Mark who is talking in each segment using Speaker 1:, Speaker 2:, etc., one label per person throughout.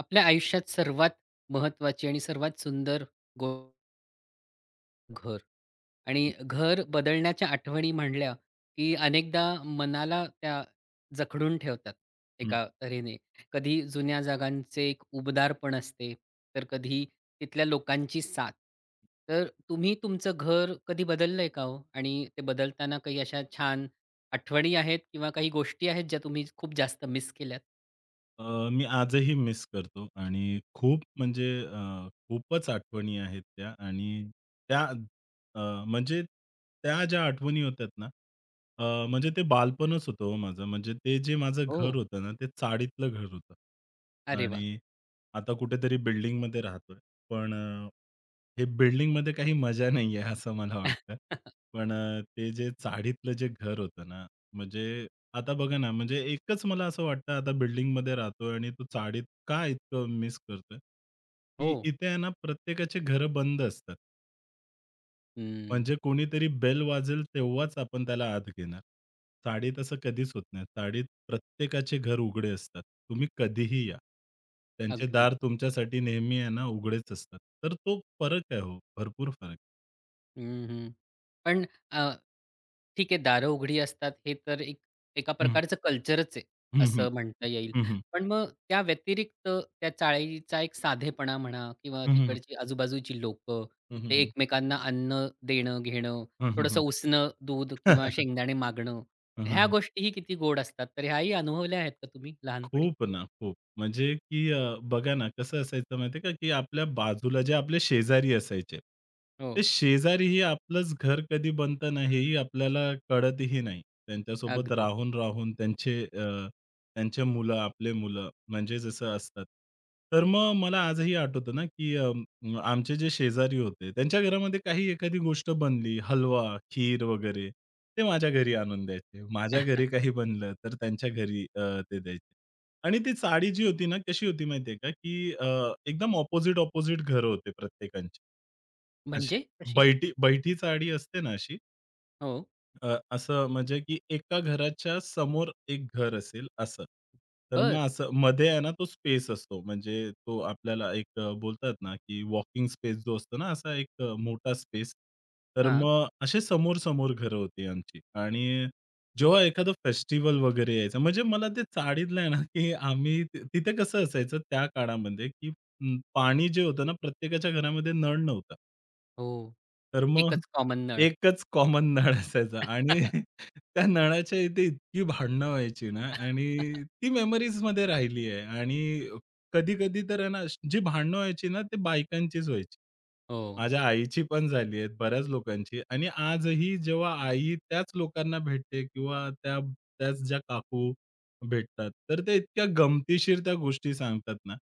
Speaker 1: आपल्या आयुष्यात सर्वात महत्वाची आणि सर्वात सुंदर गो घर आणि घर बदलण्याच्या आठवणी म्हणल्या, की अनेकदा मनाला त्या जखडून ठेवतात
Speaker 2: हं.
Speaker 1: एका तऱ्हेने. कधी जुन्या जागांचे एक उबदारपण असते, तर कधी तिथल्या लोकांची साथ. तर तुम्ही तुमचं घर कधी बदललंय का हो? आणि ते बदलताना काही अशा छान आठवणी आहेत किंवा काही गोष्टी आहेत ज्या तुम्ही खूप जास्त मिस केल्यात?
Speaker 2: अ, मी आजही मिस करतो आणि खूप म्हणजे खूपच आठवणी आहेत त्या आणि त्या अ, म्हणजे त्या ज्या आठवणी होत्या ना, म्हणजे ते बालपणच होतं हो माझं. म्हणजे ते जे माझं
Speaker 1: ओह!
Speaker 2: घर होतं ना, ते चाळीतलं घर होतं.
Speaker 1: अरे
Speaker 2: आणि
Speaker 1: वाह!
Speaker 2: आता कुठेतरी बिल्डिंगमध्ये राहतोय. पण हे बिल्डिंगमध्ये काही मजा नाहीये असं मला वाटतं. पण ते जे चाळीतलं जे घर होतं ना, म्हणजे आता बघा ना, म्हणजे एकच मला असं वाटतं आता बिल्डिंगमध्ये राहतोय आणि तो चाळीत का इतकं मिस करतोय?
Speaker 1: हो.
Speaker 2: की इथे आहे ना प्रत्येकाची घर बंद असतात.
Speaker 1: हं.
Speaker 2: म्हणजे कोणीतरी बेल वाजेल तेव्हाच आपण त्याला आत घेणार. चाळीत असं कधीच होत नाही. चाळीत प्रत्येकाचे घर उघडे असतात. तुम्ही कधीही या. त्यांचे
Speaker 1: अगदी.
Speaker 2: दार तुमच्यासाठी नेहमी आहे ना उघडेच असतात. तर तो फरक आहे हो, भरपूर फरक.
Speaker 1: हं, हं. पण अ, ठीक आहे, दारं उघडी असतात हे तर एका
Speaker 2: हं,
Speaker 1: प्रकारचं कल्चरच आहे,
Speaker 2: हं, हं.
Speaker 1: असं म्हणता येईल.
Speaker 2: हं, हं.
Speaker 1: पण मग त्या व्यतिरिक्त त्या चाळीचा एक साधेपणा म्हणा किंवा
Speaker 2: हं, हं.
Speaker 1: तिकडची आजूबाजूची लोकं,
Speaker 2: हं, हं,
Speaker 1: ते
Speaker 2: हं.
Speaker 1: एकमेकांना अन्न देणं, घेणं,
Speaker 2: हं, हं,
Speaker 1: थोडंसं
Speaker 2: हं.
Speaker 1: उसनं दूध किंवा शेंगदाणे मागणं,
Speaker 2: हं,
Speaker 1: ह्या
Speaker 2: हं,
Speaker 1: गोष्टीही किती गोड असतात. तर ह्याही अनुभवल्या आहेत का तुम्ही लहानपणी?
Speaker 2: खूप ना, खूप. म्हणजे की बघा ना, कसं असायचं माहिती आहे का, की आपल्या बाजूला जे आपले शेजारी असायचे,
Speaker 1: हो,
Speaker 2: ते शेजारीही आपलंच घर कधी बनतं ना, हेही आपल्याला कळतही नाही. त्यांच्यासोबत
Speaker 1: अगदी.
Speaker 2: राहून-राहून त्यांचे मुलं, आपले मुलं म्हणजे जसं असतात. तर मग मला आजही आठवतं ना, की आमचे जे शेजारी होते, त्यांच्या घरामध्ये काही एखादी गोष्ट बनली, हलवा, खीर वगैरे, ते माझ्या घरी आणून द्यायचे. माझ्या घरी काही बनलं, तर त्यांच्या घरी ते द्यायचे. आणि ती साडी जी होती ना, कशी होती माहिती आहे का, की एकदम अपोझिट-अपोझिट घरं होते प्रत्येकांची. अशी
Speaker 1: म्हणजे कशी?
Speaker 2: बैठी बैठी साडी असते ना अशी,
Speaker 1: हो.
Speaker 2: असं म्हणजे की एका घराच्या समोर एक घर असेल असं. तर मग
Speaker 1: बरं.
Speaker 2: असं मध्ये आहे ना तो स्पेस असतो. म्हणजे तो आपल्याला एक बोलतात ना की वॉकिंग स्पेस जो असतो ना असा एक मोठा स्पेस. तर
Speaker 1: हां.
Speaker 2: मग असे समोर-समोर घरं होती आमची आणि जेव्हा एखादं फेस्टिव्हल वगैरे यायचं म्हणजे मला ते चाळीतलं आहे ना की आम्ही तिथे कसं असायचं त्या काळामध्ये की पाणी जे होतं ना प्रत्येकाच्या घरामध्ये नळ नव्हता.
Speaker 1: हो.
Speaker 2: तर मग
Speaker 1: एकच कॉमन नळ.
Speaker 2: एकच कॉमन नळ असायचा आणि त्या नळाच्या इथे इतकी भांडणं व्हायची ना आणि ती मेमरीजमध्ये राहिली आहे आणि कधी-कधी तर आहे ना, जी भांडणं व्हायची ना, ते बायकांचीच व्हायची.
Speaker 1: हो.
Speaker 2: माझ्या आईची पण झाली आहेत, बऱ्याच लोकांची आणि आजही जेव्हा आई त्याच लोकांना भेटते किंवा त्याच ज्या काकू भेटतात. तर ते इतक्या गमतीशीर त्या गोष्टी सांगतात ना,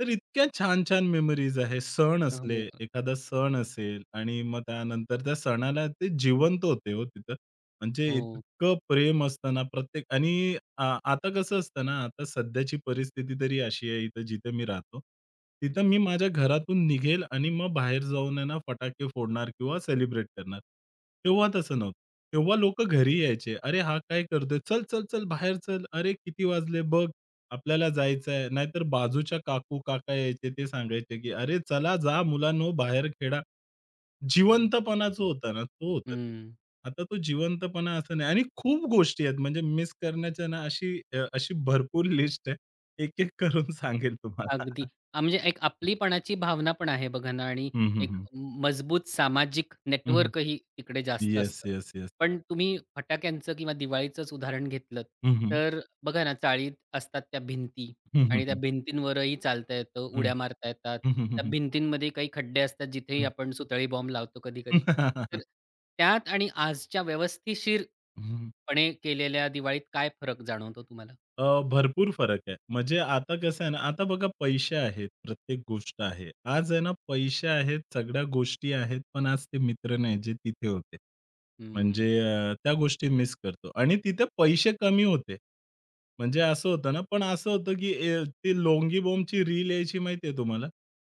Speaker 2: तर इतक्या छान-छान मेमरीज आहे. सण असले,
Speaker 1: हो,
Speaker 2: एखादा सण असेल आणि मग त्यानंतर त्या सणाला ते जिवंत होते हो तिथं. म्हणजे
Speaker 1: हो.
Speaker 2: इतकं प्रेम असताना प्रत्येक आणि आता कसं असतं ना, आता सध्याची परिस्थिती तरी अशी आहे इथं जिथे मी राहतो. तिथं मी माझ्या घरातून निघेल आणि मग बाहेर जाऊन आहे ना, फटाके फोडणार किंवा सेलिब्रेट करणार. तेव्हा तसं नव्हतं. तेव्हा लोकं घरी यायचे. "अरे, हा काय करतोय? चल, चल, चल बाहेर चल. अरे, किती वाजले? बघ, आपल्याला जायचं आहे." नाहीतर बाजूच्या काकू-काका यायचे ते सांगायचे, की "अरे, चला जा मुलांनो, बाहेर खेळा." जिवंतपणा जो होता ना, तो होता तिथे.
Speaker 1: हं.
Speaker 2: आता तो जिवंतपणा असा नाही आणि खूप गोष्टी आहेत म्हणजे मिस करण्याच्या ना अशी भरपूर लिस्ट आहे. एक-एक करून सांगेल तुम्हाला.
Speaker 1: अगदी. म्हणजे एक आपलीपणाची भावना पण आहे बघा ना, आणि
Speaker 2: हं, हं,
Speaker 1: एक
Speaker 2: हं.
Speaker 1: मजबूत सामाजिक
Speaker 2: हं, हं.
Speaker 1: नेटवर्कही तिकडे जास्त
Speaker 2: येस,
Speaker 1: असतं.
Speaker 2: Yes, yes.
Speaker 1: पण तुम्ही फटाक्यांचं किंवा दिवाळीचंच उदाहरण घेतलंत,
Speaker 2: हं, हं.
Speaker 1: तर बघा ना, चाळीत असतात त्या भिंती
Speaker 2: हं, हं,
Speaker 1: आणि त्या
Speaker 2: हं.
Speaker 1: भिंतींवरही चालता येतं,
Speaker 2: हं.
Speaker 1: उड्या मारता येतात.
Speaker 2: हं, हं, हं,
Speaker 1: त्या
Speaker 2: हं.
Speaker 1: भिंतींमध्ये काही खड्डे असतात जिथेही
Speaker 2: हं.
Speaker 1: आपण सुतळी बॉम्ब लावतो कधी-कधी. तर त्यात आणि आजच्या व्यवस्थिशीरपणे
Speaker 2: हं.
Speaker 1: केलेल्या दिवाळीत काय फरक जाणवतो?
Speaker 2: अ, भरपूर फरक आहे. म्हणजे आता कसं आहे ना, आता बघा पैसे आहेत, प्रत्येक गोष्ट आहे. आज आहे ना, पैसे आहेत, सगळ्या गोष्टी आहेत, पण आज ते मित्र नाही जे तिथे होते. म्हणजे
Speaker 1: हं.
Speaker 2: त्या गोष्टी मिस करतो आणि तिथे पैसे कमी होते. म्हणजे असं होतं ना, पण असं होतं की ए ती लोंगी बॉम्बची रील यायची माहिती तुम्हाला?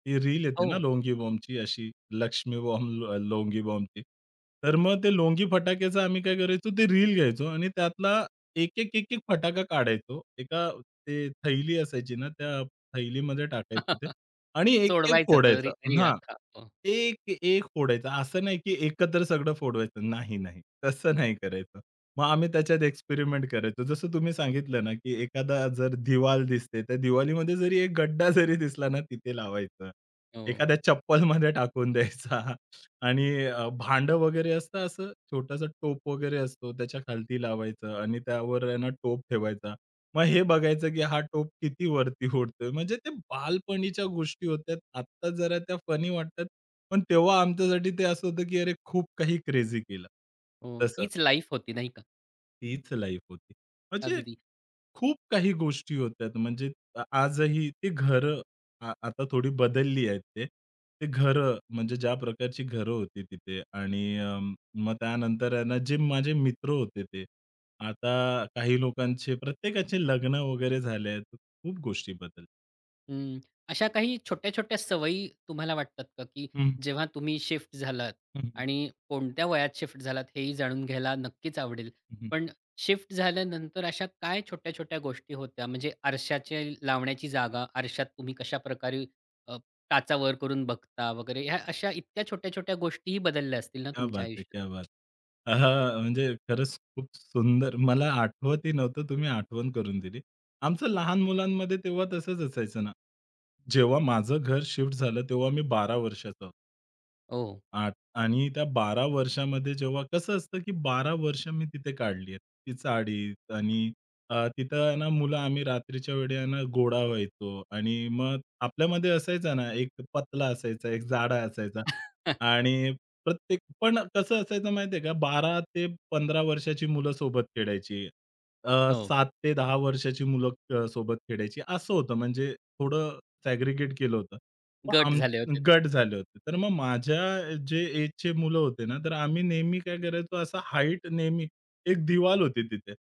Speaker 2: ती रील येते ना
Speaker 1: हो.
Speaker 2: लोंगी बॉम्बची अशी, लक्ष्मी बॉम्ब, लोंगी बॉम्बची. तर मग ते लोंगी फटाक्याचं आम्ही काय करायचो, ते रील घ्यायचो आणि त्यातला एक फटाका काढायचो. एका ते थैली असायची ना, त्या थैलीमध्ये टाकायचे ते आणि एक
Speaker 1: सोडवायचा तो
Speaker 2: फोडायचा.
Speaker 1: रीळ
Speaker 2: हां.
Speaker 1: अख्खा. हो,
Speaker 2: एक, एक फोडायचा. असं नाही की एकत्र सगळं फोडवायचं. नाही, नाही. तसं नाही करायचं. मग आम्ही त्याच्यात एक्सपेरिमेंट करायचो. जसं तुम्ही सांगितलं ना, की एखादा जर दिवाल दिसते, तर दिवालीमध्ये जरी एक गड्डा जरी दिसला ना, तिथे लावायचं.
Speaker 1: हो,
Speaker 2: एखाद्या चप्पलमध्ये टाकून द्यायचा आणि भांडं वगैरे असतं असं छोटासा टोप वगैरे असतो, त्याच्या खालती लावायचं आणि त्यावर आहे ना टोप ठेवायचा. मग हे बघायचं की हा टोप किती वरती उडतोय. म्हणजे ते बालपणीच्या गोष्टी होत्या. आत्ता जरा त्या फनी वाटतात, पण तेव्हा आमच्यासाठी ते असं होतं, की अरे खूप काही क्रेझी केलं.
Speaker 1: हो.
Speaker 2: तसं
Speaker 1: तीच लाईफ होती नाही का?
Speaker 2: तीच लाईफ होती. म्हणजे
Speaker 1: अगदी.
Speaker 2: खूप काही गोष्टी होत्यात म्हणजे आजही ती घर आता थोडी बदलली आहेत ते. ते घरं म्हणजे ज्या प्रकारची घरं होती तिथे आणि मग त्यानंतर आहे ना जे माझे मित्र होते ते. आता काही लोकांचे प्रत्येकाचे लग्न वगैरे झाले आहेत. खूप गोष्टी बदलल्या.
Speaker 1: हं. अशा काही छोट्या-छोट्या सवयी तुम्हाला वाटतात का, की
Speaker 2: हं,
Speaker 1: जेव्हा तुम्ही शिफ्ट झालात
Speaker 2: हं, हं,
Speaker 1: आणि कोणत्या वयात शिफ्ट झालात हेही जाणून घ्यायला नक्कीच आवडेल. पण शिफ्ट झाल्यानंतर अशा काय छोट्या-छोट्या गोष्टी होत्या? म्हणजे आरशाचे लावण्याची जागा, आरशात तुम्ही कशाप्रकारे अ, काचा वर करून बघता वगैरे, ह्या अशा इतक्या छोट्या-छोट्या गोष्टीही बदलल्या असतील ना
Speaker 2: क्या
Speaker 1: तुमच्या
Speaker 2: बात है!
Speaker 1: आयुष्यात?
Speaker 2: क्या बात! हां, म्हणजे खरंच खूप सुंदर. मला आठवतही नव्हतं. तुम्ही आठवण करून दिली. आमचं लहान मुलांमध्ये तेव्हा तसंच असायचं ना. जेव्हा माझं घर शिफ्ट झालं तेव्हा मी 12 वर्षाचा होतो.
Speaker 1: हो.
Speaker 2: आठ आणि त्या 12 वर्षामध्ये जेव्हा कसं असतं, की 12 वर्ष मी तिथे काढली आहेत. ती चाळीत आणि तिथं आहे ना मुलं आम्ही रात्रीच्या वेळी आहे ना घोडा व्हायचो आणि मग आपल्यामध्ये असायचा ना एक पतला असायचा, एक जाडा असायचा आणि प्रत्येक पण कसं असायचं माहिती का 12 ते 15 वर्षाची मुलं सोबत खेळायची.
Speaker 1: हो.
Speaker 2: 7 ते 10 वर्षाची मुलं सोबत खेळायची. असं होतं म्हणजे थोडं सॅग्रीगेट केलं होतं. मग
Speaker 1: गट
Speaker 2: आम
Speaker 1: झाले होते ते.
Speaker 2: गट झाले होते. तर मग माझ्या जे एजचे मुलं होते ना, तर आम्ही नेहमी काय करायचो असं हाईट नेहमी एक दिवाल होती तिथे.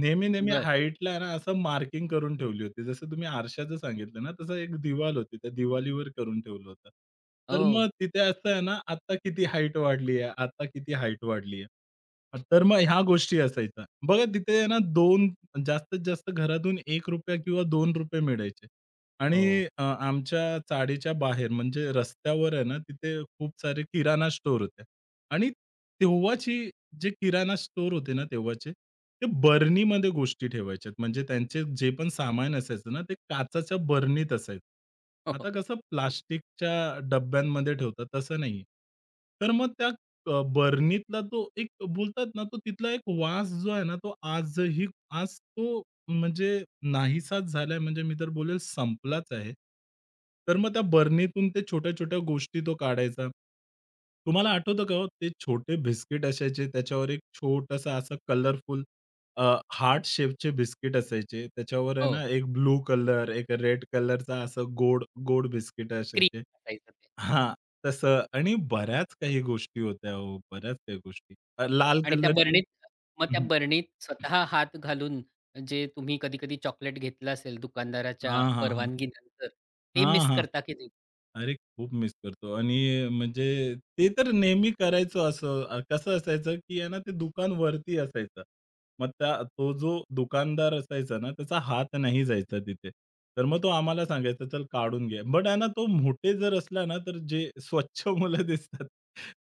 Speaker 2: नेहमी-नेहमी
Speaker 1: बरं.
Speaker 2: हाईटला आहे ना, असं मार्किंग करून ठेवली होती. जसं तुम्ही आरशाचं सांगितलं ना, तसं एक दिवाल होती. त्या दिवालीवर करून ठेवलं होतं. तर मग
Speaker 1: हो,
Speaker 2: तिथे असं आहे ना, आता किती हाईट वाढली आहे, आता किती हाईट वाढली आहे. तर मग ह्या गोष्टी असायच्या. बघा तिथे आहे ना, 2 जास्तीत जास्त घरातून ₹1 किंवा ₹2 मिळायचे. आणि
Speaker 1: हो,
Speaker 2: आमच्या चाळीच्या बाहेर म्हणजे रस्त्यावर आहे ना, तिथे खूप सारे किराणा स्टोअर होते आणि तेव्हाची जे किराणा स्टोअर होते ना तेव्हाचे, ते बरणीमध्ये गोष्टी ठेवायच्यात. म्हणजे त्यांचे जे पण सामान असायचं ना, ते काचेच्या बरणीत असायचं.
Speaker 1: हो, हो.
Speaker 2: आता कसं प्लास्टिकच्या डब्यांमध्ये ठेवतात, तसं नाहीये. तर मग त्या बरणीतला तो एक बोलतात ना, तो तिथला एक वास जो आहे ना, तो आजही आज तो म्हणजे नाहीसाच झालाय म्हणजे मी तर बोलेल संपलाच आहे. तर मग त्या बरणीतून ते छोट्या-छोट्या गोष्टी तो काढायचा. तुम्हाला आठवतं का हो ते छोटे बिस्किट असायचे त्याच्यावर एक छोटासा असा कलरफुल अ, हार्ट शेपचे बिस्किट असायचे. त्याच्यावर आहे
Speaker 1: हो.
Speaker 2: ना एक ब्लू कलर, एक रेड कलरचा असं गोड गोड बिस्किट
Speaker 1: क्रीम
Speaker 2: असायचे.
Speaker 1: असायचं ते.
Speaker 2: हां, तसं आणि बऱ्याच काही गोष्टी होत्या हो, बऱ्याच काही गोष्टी. लाल
Speaker 1: आणि त्या
Speaker 2: कलरचे
Speaker 1: बरणीत, मग त्या
Speaker 2: हं,
Speaker 1: बरणीत स्वतः हात घालून जे तुम्ही कधी-कधी चॉकलेट घेतलं असेल दुकानदाराच्या
Speaker 2: हां, हां, हां.
Speaker 1: परवानगीनंतर, ते
Speaker 2: हां,
Speaker 1: मिस
Speaker 2: हां.
Speaker 1: करता की नाही?
Speaker 2: अरे, खूप मिस करतो आणि म्हणजे ते तर नेहमी करायचो असं. कसं असायचं, की आहे ना ते दुकान वरती असायचं. मग त्या तो जो दुकानदार असायचा ना, त्याचा हात नाही जायचा तिथे. तर मग तो आम्हाला सांगायचा, "चल काढून घे." बट आहे ना तो मोठे जर असला ना, तर जे स्वच्छ मुलं दिसतात,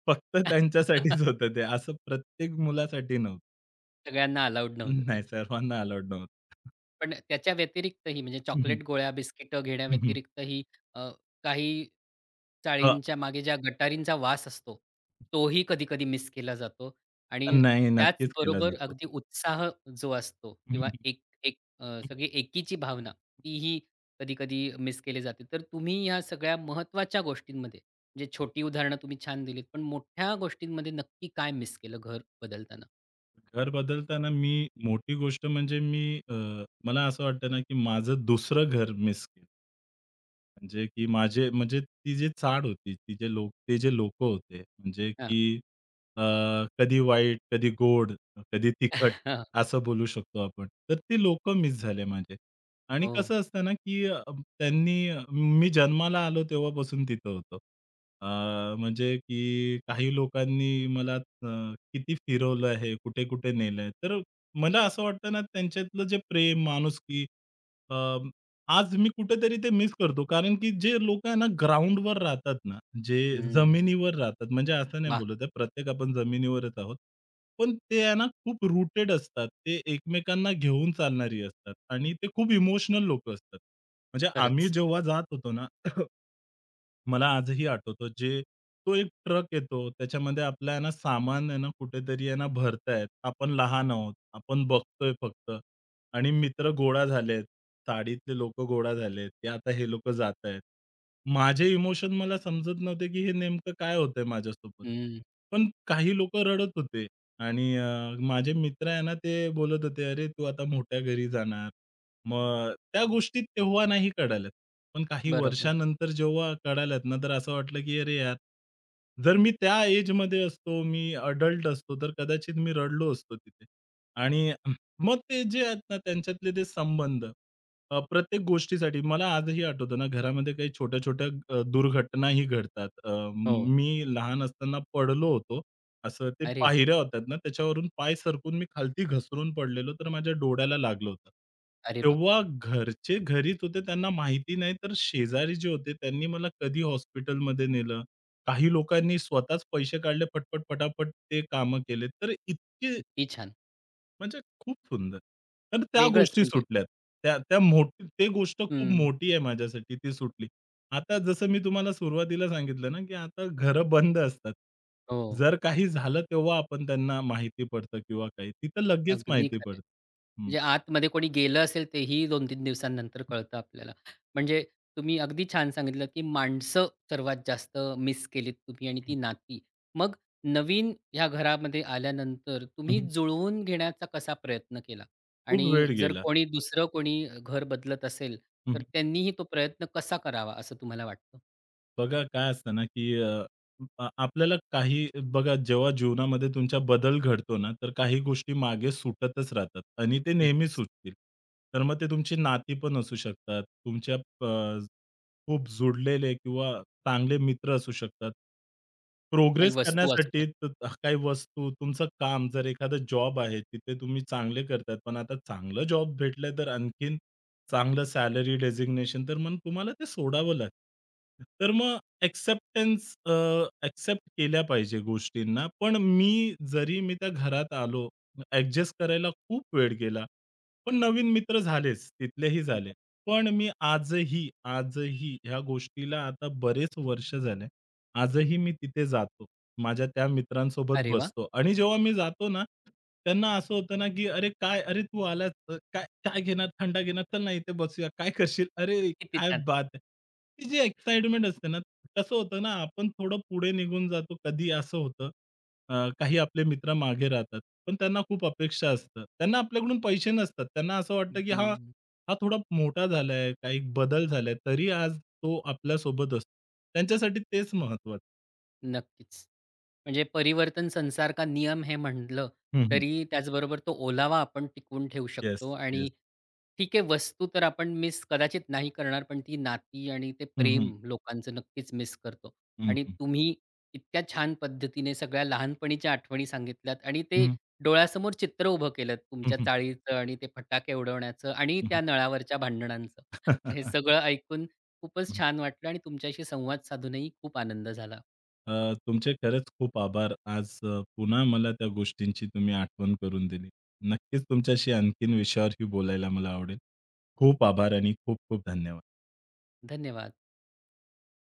Speaker 2: फक्त त्यांच्यासाठीच होतं ते. असं प्रत्येक मुलासाठी नव्हतं.
Speaker 1: सगळ्यांना अलाउड नव्हतं ते.
Speaker 2: नाही सर्वांना अलाउड नव्हतं.
Speaker 1: पण त्याच्या व्यतिरिक्तही, म्हणजे
Speaker 2: हं, हं.
Speaker 1: चॉकलेट गोळ्या, बिस्किटं
Speaker 2: हं,
Speaker 1: घेण्याव्यतिरिक्तही अ, काही चाळींच्या मागे ज्या गटारींचा वास असतो, तोही कधी-कधी मिस केला जातो, आणि
Speaker 2: नाही, नक्कीच केला
Speaker 1: त्याचबरोबर
Speaker 2: जातो.
Speaker 1: अगदी उत्साह जो असतो किंवा
Speaker 2: हं,
Speaker 1: एक एक सगळी एकीची भावना तीही कधी-कधी मिस केली जाते. तर तुम्ही ह्या सगळ्या महत्त्वाच्या गोष्टींमध्ये, म्हणजे छोटी उदाहरणं तुम्ही छान दिलीत, पण मोठ्या गोष्टींमध्ये नक्की काय मिस केलं घर बदलताना?
Speaker 2: घर बदलताना मी मोठी गोष्ट म्हणजे मी अ, मला असं वाटतं ना, की माझं दुसरं घर मिस केलं. म्हणजे की माझे म्हणजे ती जी चाळ होती, ती जे लोक ते जे लोकं होते, म्हणजे
Speaker 1: हां.
Speaker 2: की अ, कधी वाईट, कधी गोड, कधी तिखट असं बोलू शकतो आपण. तर ती लोकं मिस झाले माझे. आणि
Speaker 1: हो.
Speaker 2: कसं असतं ना, की त्यांनी मी जन्माला आलो तेव्हापासून तिथं होतो. अ, म्हणजे की काही लोकांनी मला किती फिरवलं आहे, कुठे-कुठे नेलंय. तर मला असं वाटतं ना, त्यांच्यातलं जे प्रेम, माणुसकी आज मी कुठेतरी ते मिस करतो. कारण की जे लोक आहे ना ग्राउंडवर राहतात ना, जे
Speaker 1: हं.
Speaker 2: जमिनीवर राहतात, म्हणजे असं नाही
Speaker 1: वाह!
Speaker 2: बोलत आहे, प्रत्येक आपण जमिनीवरच आहोत. पण ते आहे ना खूप रूटेड असतात. ते एकमेकांना घेऊन चालणारी असतात आणि ते खूप इमोशनल लोकं असतात. म्हणजे आम्ही
Speaker 1: खरंच.
Speaker 2: जेव्हा जात होतो ना मला आजही आठवतो जे तो एक ट्रक येतो त्याच्यामध्ये आपलं आहे ना सामान आहे ना कुठेतरी आहे ना भरतायत. आपण लहान आहोत. आपण बघतोय फक्त आणि मित्र गोळा झालेत. साडीतले लोकं गोळा झालेत, की आता हे लोकं जातायत. माझे इमोशन मला समजत नव्हते, की हे नेमकं काय होतंय माझ्यासोबत.
Speaker 1: हं,
Speaker 2: पण काही लोकं रडत होते आणि माझे मित्र आहे ना ते बोलत होते, "अरे, तू आता मोठ्या घरी जाणार." मग त्या गोष्टी तेव्हा नाही कळाल्यात. पण काही
Speaker 1: बरोबर.
Speaker 2: वर्षानंतर जेव्हा कळाल्यात ना, तर असं वाटलं, की "अरे यार, जर मी त्या एजमध्ये असतो, मी अडल्ट असतो, तर कदाचित मी रडलो असतो तिथे." आणि मग ते जे आहेत ना, त्यांच्यातले ते संबंध प्रत्येक गोष्टीसाठी मला आजही आठवतं ना, घरामध्ये काही छोट्या-छोट्या दुर्घटनाही घडतात.
Speaker 1: हो.
Speaker 2: मी लहान असताना पडलो होतो. असं ते
Speaker 1: अरे,
Speaker 2: पायऱ्या होत्यात ना, त्याच्यावरून पाय सरकून मी खालती घसरून पडलेलो, तर माझ्या डोळ्याला लागलं होतं.
Speaker 1: अरे बाप!
Speaker 2: तेव्हा घरचे घरीच होते, त्यांना माहिती नाही, तर शेजारी जे होते त्यांनी मला कधी हॉस्पिटलमध्ये नेलं. काही लोकांनी स्वतःच पैसे काढले, पटपट, पटापट ते कामं केले. तर इतके
Speaker 1: किती छान.
Speaker 2: म्हणजे खूप सुंदर. तर त्या
Speaker 1: वेगळंच
Speaker 2: गोष्टी
Speaker 1: म्हणजे.
Speaker 2: सुटल्यात. त्या त्या मोठी ते गोष्ट खूप
Speaker 1: हं.
Speaker 2: मोठी आहे माझ्यासाठी ती सुटली. आता जसं मी तुम्हाला सुरुवातीला सांगितलं ना, की आता घरं बंद असतात.
Speaker 1: हो,
Speaker 2: जर काही झालं तेव्हा आपण त्यांना माहिती पडतं किंवा काही. तिथं लगेच
Speaker 1: अगदी
Speaker 2: माहिती
Speaker 1: खरं आहे.
Speaker 2: पडतं. हं.
Speaker 1: म्हणजे आतमध्ये कोणी गेलं असेल तेही 2-3 दिवसांनंतर कळतं आपल्याला. म्हणजे तुम्ही अगदी छान सांगितलं, की माणसं सर्वात जास्त मिस केलीत तुम्ही आणि ती नाती. मग नवीन ह्या घरामध्ये आल्यानंतर
Speaker 2: हं,
Speaker 1: तुम्ही
Speaker 2: हं.
Speaker 1: जुळवून घेण्याचा कसा प्रयत्न केला?
Speaker 2: खूप
Speaker 1: आणि
Speaker 2: वेळ
Speaker 1: जर
Speaker 2: गेला.
Speaker 1: कोणी दुसरं कोणी घर बदलत असेल,
Speaker 2: हं,
Speaker 1: तर
Speaker 2: हं.
Speaker 1: त्यांनीही तो प्रयत्न कसा करावा असं तुम्हाला वाटतं?
Speaker 2: बघा काय असतं ना, की अ, आ आपल्याला काही बघा जेव्हा जीवनामध्ये तुमच्या बदल घडतो ना, तर काही गोष्टी मागे सुटतच राहतात आणि ते नेहमी
Speaker 1: नक्कीच.
Speaker 2: सुटतील. तर मग ते तुमची नाती पण असू शकतात, तुमच्या अ, खूप जुडलेले किंवा चांगले मित्र असू शकतात.
Speaker 1: काही
Speaker 2: प्रोग्रेस
Speaker 1: वस्तू असू.
Speaker 2: करण्यासाठी काही वस्तू, तुमचं काम, जर एखादा जॉब आहे, तिथे तुम्ही चांगले करताय, पण आता चांगलं जॉब भेटलंय तर आणखीन चांगलं सॅलरी डेझिग्नेशन तर मग तुम्हाला ते सोडावं लागतं. तर मग एक्सेप्टन्स अ, एक्सेप्ट केल्या पाहिजे गोष्टींना. पण जरी मी त्या घरात आलो, ॲडजस्ट करायला खूप वेळ गेला. पण नवीन मित्र झालेच, तिथलेही झाले.
Speaker 1: बर.
Speaker 2: पण आजही ह्या गोष्टीला आता बरेच वर्ष झाले. आजही मी तिथे जातो. माझ्या त्या मित्रांसोबत
Speaker 1: अरे वाह!
Speaker 2: बसतो आणि जेव्हा मी जातो ना, त्यांना असं होतं ना, की "अरे काय? अरे तू आलास काय काय घेणार? थंडा घेणार? चल ना इथे बसूया. काय करशील? अरे
Speaker 1: किती
Speaker 2: काय
Speaker 1: छान.
Speaker 2: बात है!" ती जी एक्साइटमेंट असते ना, कसं होतं ना, आपण थोडं पुढे निघून जातो. कधी असं होतं, काही आपले मित्र मागे राहतात. पण त्यांना खूप अपेक्षा असतात. त्यांना आपल्याकडून पैसे नसतात. त्यांना असं वाटतं, की हा
Speaker 1: हं,
Speaker 2: हा थोडा मोठा झालाय, काही बदल झालाय, तरी आज तो आपल्यासोबत असतो. त्यांच्यासाठी तेच महत्त्वाचं.
Speaker 1: नक्कीच. म्हणजे परिवर्तन संसार का नियम हे म्हटलं
Speaker 2: हं, हं.
Speaker 1: तरी त्याचबरोबर तो ओलावा आपण टिकवून ठेवू शकतो,
Speaker 2: येस,
Speaker 1: आणि
Speaker 2: येस.
Speaker 1: ठीक आहे, वस्तू तर आपण मिस कदाचित नाही करणार, पण ती नाती आणि ते
Speaker 2: हं, हं.
Speaker 1: प्रेम लोकांचं नक्कीच मिस करतो.
Speaker 2: हं,
Speaker 1: आणि
Speaker 2: हं.
Speaker 1: तुम्ही इतक्या छान पद्धतीने सगळ्या लहानपणीच्या आठवणी सांगितल्यात आणि
Speaker 2: हं,
Speaker 1: ते
Speaker 2: हं,
Speaker 1: डोळ्यासमोर चित्र उभं केलंत तुमच्या चाळीचं आणि ते फटाके उडवण्याचं आणि त्या नळावरच्या भांडणांचं. तर हे सगळं ऐकून खूपच छान वाटलं आणि तुमच्याशी संवाद साधूनही खूप आनंद झाला.
Speaker 2: तुमचे खरंच खूप आभार. आज पुन्हा मला त्या गोष्टींची तुम्ही आठवण करून दिली. नक्कीच तुमच्याशी आणखीन विषयावरही बोलायला मला आवडेल. खूप आभार आणि खूप खूप धन्यवाद.
Speaker 1: धन्यवाद.